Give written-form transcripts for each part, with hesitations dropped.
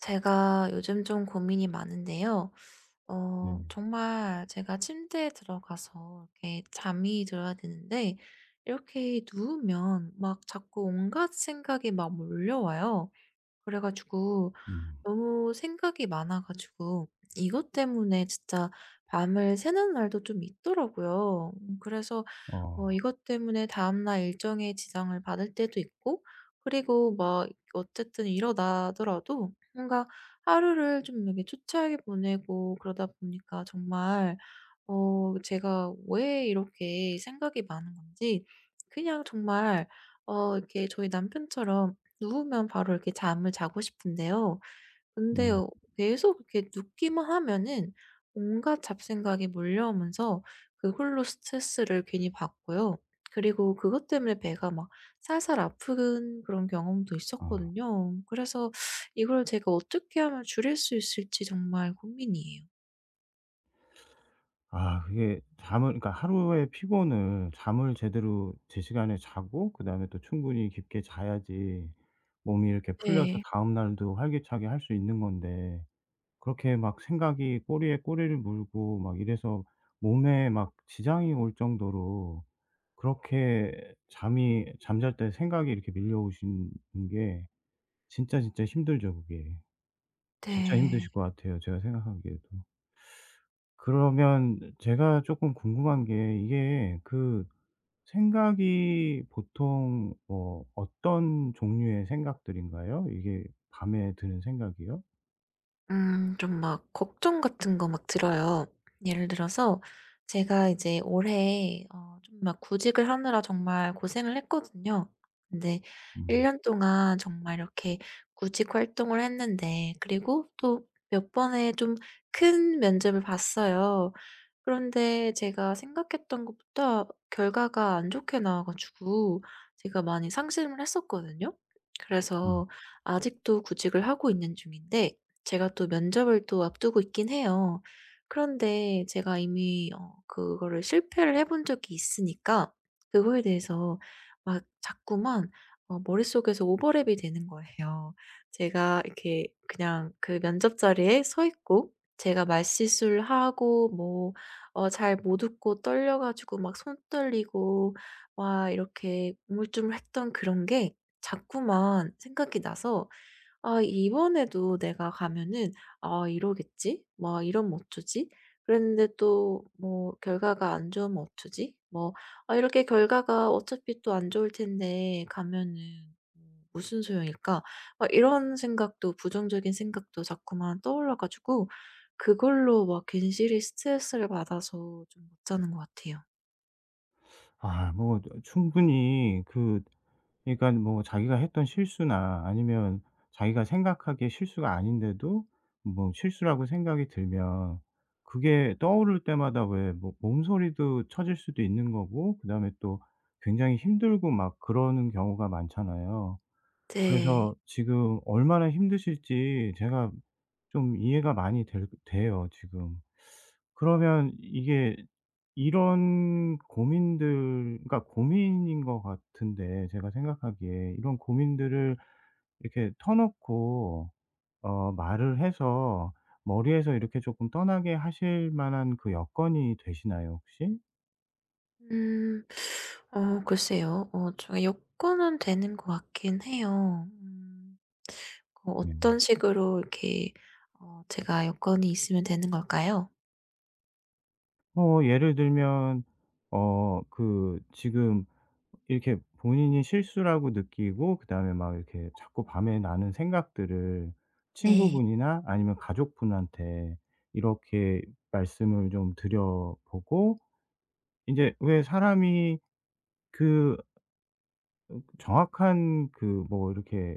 제가 요즘 좀 고민이 많은데요. 네. 정말 제가 침대에 들어가서 이렇게 잠이 들어야 되는데 이렇게 누우면 막 자꾸 온갖 생각이 막 몰려와요. 그래 가지고 음. 너무 생각이 많아 가지고 이것 때문에 진짜 밤을 새는 날도 좀 있더라고요. 그래서 어. 이것 때문에 다음날 일정에 지장을 받을 때도 있고, 그리고 막 어쨌든 일어나더라도 뭔가 하루를 좀 이렇게 초췌하게 보내고, 그러다 보니까 정말 제가 왜 이렇게 생각이 많은 건지, 그냥 정말 이렇게 저희 남편처럼 누우면 바로 이렇게 잠을 자고 싶은데요. 근데 음. 계속 이렇게 눕기만 하면은 온갖 잡생각이 몰려오면서 그 홀로 스트레스를 괜히 받고요. 그리고 그것 때문에 배가 막 살살 아픈 그런 경험도 아. 있었거든요. 그래서 이걸 제가 어떻게 하면 줄일 수 있을지 정말 고민이에요. 아, 그게 잠을, 그러니까 하루의 피곤을 잠을 제대로 제 시간에 자고 그다음에 또 충분히 깊게 자야지 몸이 이렇게 풀려서 네. 다음 날도 활기차게 할 수 있는 건데, 그렇게 막 생각이 꼬리에 꼬리를 물고 막 이래서 몸에 막 지장이 올 정도로 그렇게 잠이 잠잘 때 생각이 이렇게 밀려오시는 게 진짜, 진짜 힘들죠 그게. 진짜 네. 힘드실 것 같아요, 제가 생각하기에도. 그러면 제가 조금 궁금한 게, 이게 생각이 보통 뭐 어떤 종류의 생각들인가요? 이게 밤에 드는 생각이요? 좀 막 걱정 같은 거 막 들어요. 예를 들어서 제가 이제 올해 좀 막 구직을 하느라 정말 고생을 했거든요. 근데 1음. 년 동안 정말 이렇게 구직 활동을 했는데, 그리고 또 몇 번의 좀 큰 면접을 봤어요. 그런데 제가 생각했던 것보다 결과가 안 좋게 나와 가지고 제가 많이 상심을 했었거든요. 음. 그래서 아직도 구직을 하고 있는 중인데 제가 또 면접을 또 앞두고 있긴 해요. 그런데 제가 이미 그거를 실패를 해본 적이 있으니까 그거에 대해서 막 자꾸만 머릿속에서 오버랩이 되는 거예요. 제가 이렇게 그냥 그 면접 자리에 서 있고 제가 말실수를 하고 뭐 잘 못 웃고 떨려 가지고 막 손 떨리고 와 이렇게 우물쭈물했던 그런 게 자꾸만 생각이 나서 '아 이번에도 내가 가면은 아 이러겠지? 뭐 이러면 어쩌지?' 그랬는데 또 뭐 '결과가 안 좋으면 어쩌지?' 뭐 '아 이렇게 결과가 어차피 또 안 좋을 텐데 가면은 무슨 소용일까?' 막 이런 생각도 부정적인 생각도 자꾸만 떠올라 가지고 그걸로 막 괜시리 스트레스를 받아서 좀 못 자는 것 같아요. 아, 뭐 충분히 그, 그러니까 뭐 자기가 했던 실수나 아니면 자기가 생각하기에 실수가 아닌데도 뭐 실수라고 생각이 들면 그게 떠오를 때마다 왜 뭐 몸소리도 쳐질 수도 있는 거고, 그다음에 또 굉장히 힘들고 막 그러는 경우가 많잖아요. 네. 그래서 지금 얼마나 힘드실지 제가 좀 이해가 많이 될, 돼요 지금. 그러면 이게 이런 고민들, 그러니까 고민인 것 같은데, 제가 생각하기에 이런 고민들을 이렇게 터놓고 말을 해서 머리에서 이렇게 조금 떠나게 하실 만한 그 여건이 되시나요 혹시? 음. 글쎄요. 제가 여건은 되는 것 같긴 해요. 음. 어떤 네. 식으로 이렇게 제가 여건이 있으면 되는 걸까요? 뭐 예를 들면 그 지금 이렇게 본인이 실수라고 느끼고 그다음에 막 이렇게 자꾸 밤에 나는 생각들을 네. 친구분이나 아니면 가족분한테 이렇게 말씀을 좀 드려보고, 인제 왜 사람이 그 정확한 그 뭐 이렇게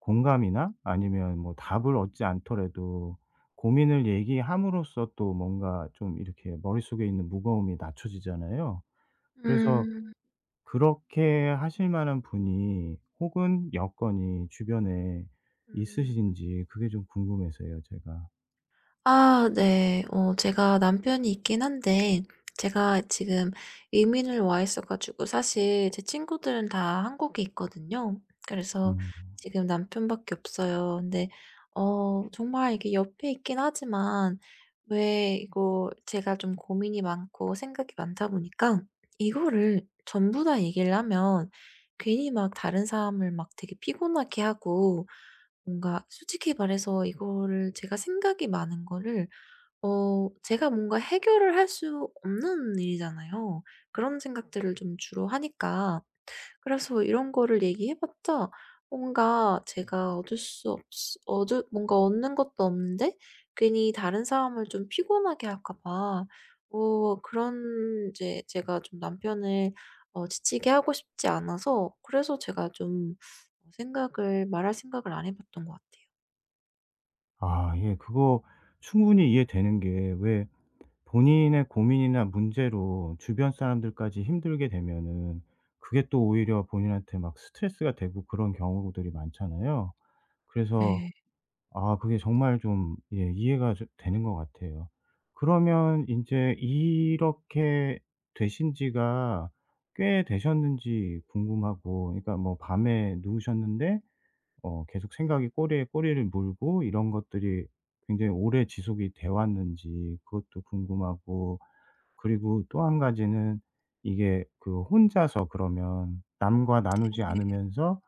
공감이나 아니면 뭐 답을 얻지 않더라도 고민을 얘기함으로써 또 뭔가 좀 이렇게 머릿속에 있는 무거움이 낮춰지잖아요. 그래서 음. 그렇게 하실 만한 분이 혹은 여건이 주변에 음. 있으신지 그게 좀 궁금해서요, 제가. 아 네. 제가 남편이 있긴 한데 제가 지금 이민을 와 있어 가지고 사실 제 친구들은 다 한국에 있거든요. 그래서 음. 지금 남편밖에 없어요. 근데 정말 이게 옆에 있긴 하지만 왜 이거 제가 좀 고민이 많고 생각이 많다 보니까 이거를 전부 다 얘기를 하면 괜히 막 다른 사람을 막 되게 피곤하게 하고, 뭔가 솔직히 말해서 이거를 제가 생각이 많은 거를 제가 뭔가 해결을 할 수 없는 일이잖아요. 그런 생각들을 좀 주로 하니까. 그래서 이런 거를 얘기해 봤자 뭔가 제가 얻을 수 없 얻을 뭔가 얻는 것도 없는데 괜히 다른 사람을 좀 피곤하게 할까 봐 그런 이제 제가 좀 남편을 지치게 하고 싶지 않아서, 그래서 제가 좀 생각을 말할 생각을 안 해 봤던 것 같아요. 아 예. 그거 충분히 이해되는 게, 왜 본인의 고민이나 문제로 주변 사람들까지 힘들게 되면은 그게 또 오히려 본인한테 막 스트레스가 되고 그런 경우들이 많잖아요. 그래서 네. 아 그게 정말 좀, 예, 이해가 저 되는 것 같아요. 그러면 이제 이렇게 되신 지가 꽤 되셨는지 궁금하고, 그러니까 뭐 밤에 누우셨는데 계속 생각이 꼬리에 꼬리를 물고 이런 것들이 굉장히 오래 지속이 돼 왔는지 그것도 궁금하고, 그리고 또 한 가지는 이게 그 혼자서, 그러면 남과 나누지 네. 않으면서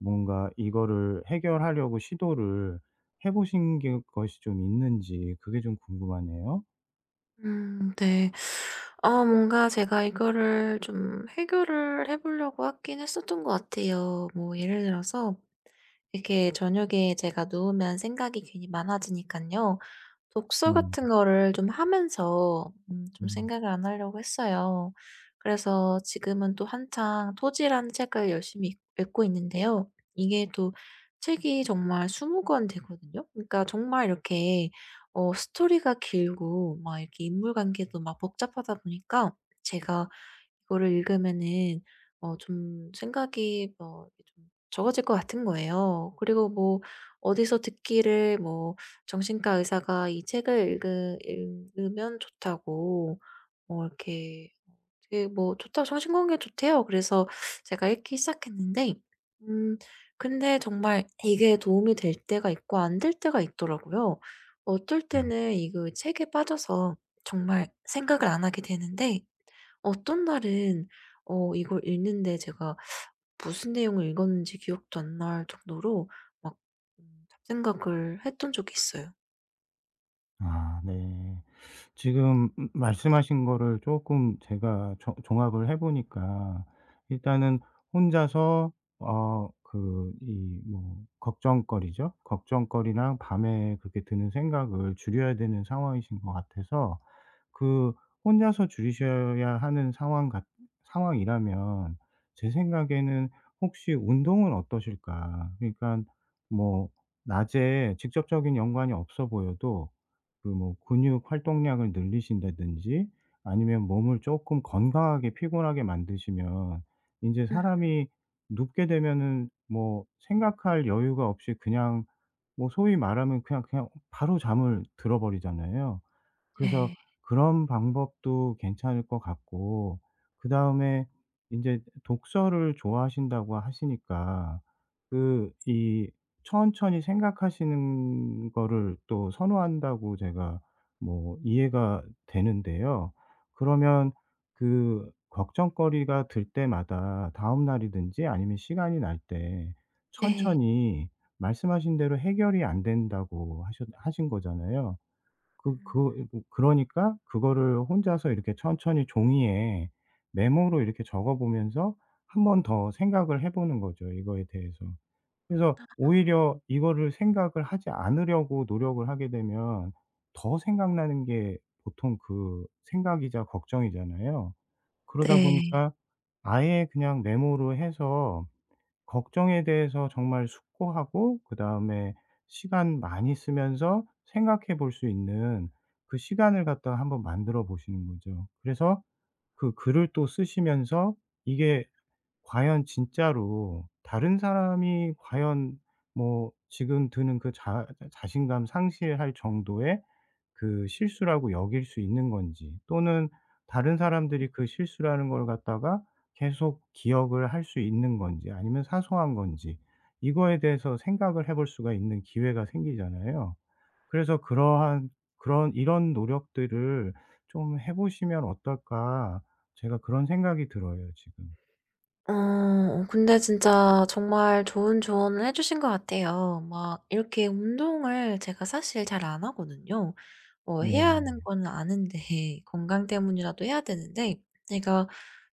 뭔가 이거를 해결하려고 시도를 해 보신 게 것이 좀 있는지 그게 좀 궁금하네요. 네. 아 뭔가 제가 이거를 좀 해결을 해 보려고 하긴 했었던 것 같아요. 뭐 예를 들어서 이렇게 저녁에 제가 누우면 생각이 괜히 많아지니까요 독서 네. 같은 거를 좀 하면서 좀 음, 생각을 안 하려고 했어요. 그래서 지금은 또 한창 토지라는 책을 열심히 읽 읽고 있는데요. 이게 또 책이 정말 20권 되거든요. 그러니까 정말 이렇게 스토리가 길고 막 이렇게 인물 관계도 막 복잡하다 보니까 제가 이거를 읽으면은 좀 생각이 뭐 좀 적어질 것 같은 거예요. 그리고 뭐 어디서 듣기를 뭐 정신과 의사가 이 책을 읽으면 좋다고 뭐 이렇게 되게 뭐 좋다 정신 건강에 좋대요. 그래서 제가 읽기 시작했는데 음 근데 정말 이게 도움이 될 때가 있고 안 될 때가 있더라고요. 어떨 네. 때는 이거 책에 빠져서 정말 생각을 안 하게 되는데, 어떤 날은 이걸 읽는데 제가 무슨 내용을 읽었는지 기억도 안 날 정도로 막 잡생각을 했던 적이 있어요. 아 네. 지금 말씀하신 거를 조금 제가 조 종합을 해 보니까, 일단은 혼자서 그 이 뭐 걱정거리죠. 걱정거리랑 밤에 그렇게 드는 생각을 줄여야 되는 상황이신 것 같아서, 그 혼자서 줄이셔야 하는 상황 같 상황이라면 제 생각에는 '혹시 운동은 어떠실까?' 그러니까 뭐 낮에 직접적인 연관이 없어 보여도 그 뭐 근육 활동량을 늘리신다든지 아니면 몸을 쪼끔 건강하게 피곤하게 만드시면, 인제 음. 사람이 눕게 되면은 뭐 생각할 여유가 없이 그냥, 뭐 소위 말하면 그냥 바로 잠을 들어 버리잖아요. 그래서 네. 그런 방법도 괜찮을 것 같고, 그다음에 이제 독서를 좋아하신다고 하시니까 그 이 천천히 생각하시는 거를 또 선호한다고 제가 뭐 이해가 되는데요. 그러면 그 걱정거리가 들 때마다 다음 날이든지 아니면 시간이 날 때 네. 천천히 말씀하신 대로 해결이 안 된다고 하셨 하신 거잖아요. 음. 뭐 그러니까 그거를 혼자서 이렇게 천천히 종이에 메모로 이렇게 적어 보면서 한번 더 생각을 해 보는 거죠, 이거에 대해서. 그래서 아, 오히려 이거를 생각을 하지 않으려고 노력을 하게 되면 더 생각나는 게 보통 그 생각이자 걱정이잖아요. 그러다 네. 보니까 아예 그냥 메모로 해서 걱정에 대해서 정말 숙고하고 그다음에 시간 많이 쓰면서 생각해 볼 수 있는 그 시간을 갖다가 한번 만들어 보시는 거죠. 그래서 그 글을 또 쓰시면서 이게 과연 진짜로 다른 사람이 과연 뭐 지금 드는 그 자 자신감 상실할 정도의 그 실수라고 여길 수 있는 건지, 또는 다른 사람들이 그 실수라는 걸 갖다가 계속 기억을 할 수 있는 건지 아니면 사소한 건지 이거에 대해서 생각을 해볼 수가 있는 기회가 생기잖아요. 그래서 그러한 그런 '이런 노력들을 좀 해 보시면 어떨까.' 제가 그런 생각이 들어요 지금. 근데 진짜 정말 좋은 조언을 해 주신 것 같아요. 막 이렇게 운동을 제가 사실 잘 안 하거든요. 해야 네. 하는 건 아는데 건강 때문이라도 해야 되는데 제가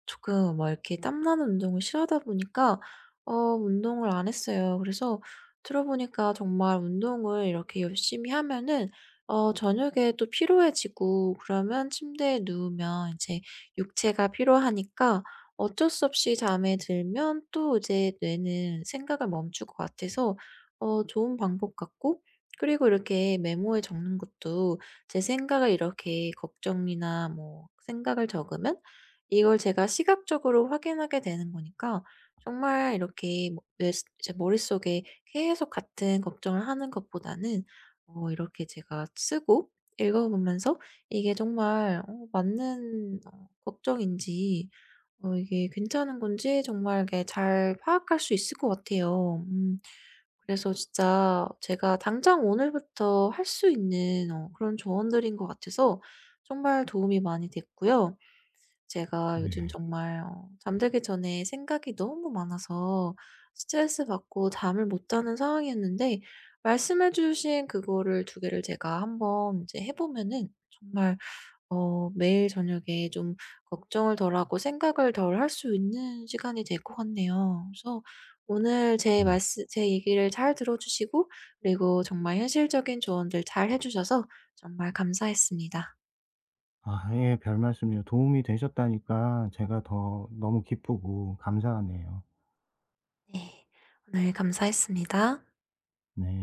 조금 막 이렇게 땀 나는 운동을 싫어하다 보니까 운동을 안 했어요. 그래서 들어 보니까 정말 운동을 이렇게 열심히 하면은 저녁에 또 피로해지고 그러면 침대에 누우면 이제 육체가 피로하니까 어쩔 수 없이 잠에 들면 또 이제 뇌는 생각을 멈출 것 같아서 좋은 방법 같고, 그리고 이렇게 메모에 적는 것도 제 생각을 이렇게 걱정이나 뭐 생각을 적으면 이걸 제가 시각적으로 확인하게 되는 거니까 정말 이렇게 뭐 뇌 제 머릿속에 계속 같은 걱정을 하는 것보다는 이렇게 제가 쓰고 읽어 보면서 이게 정말 맞는 걱정인지 이게 괜찮은 건지 정말 이게 잘 파악할 수 있을 것 같아요. 그래서 진짜 제가 당장 오늘부터 할 수 있는 그런 조언들인 것 같아서 정말 도움이 많이 됐고요. 제가 네. 요즘 정말 잠들기 전에 생각이 너무 많아서 스트레스 받고 잠을 못 자는 상황이었는데, 말씀해 주신 그거를 두 개를 제가 한번 이제 해 보면은 정말 매일 저녁에 좀 걱정을 덜하고 생각을 덜 할 수 있는 시간이 될 것 같네요. 그래서 오늘 네. 제 얘기를 잘 들어 주시고 그리고 정말 현실적인 조언들 잘 해 주셔서 정말 감사했습니다. 아 예. 별말씀이요. 도움이 되셨다니까 제가 더 너무 기쁘고 감사하네요. 네. 오늘 감사했습니다. 네.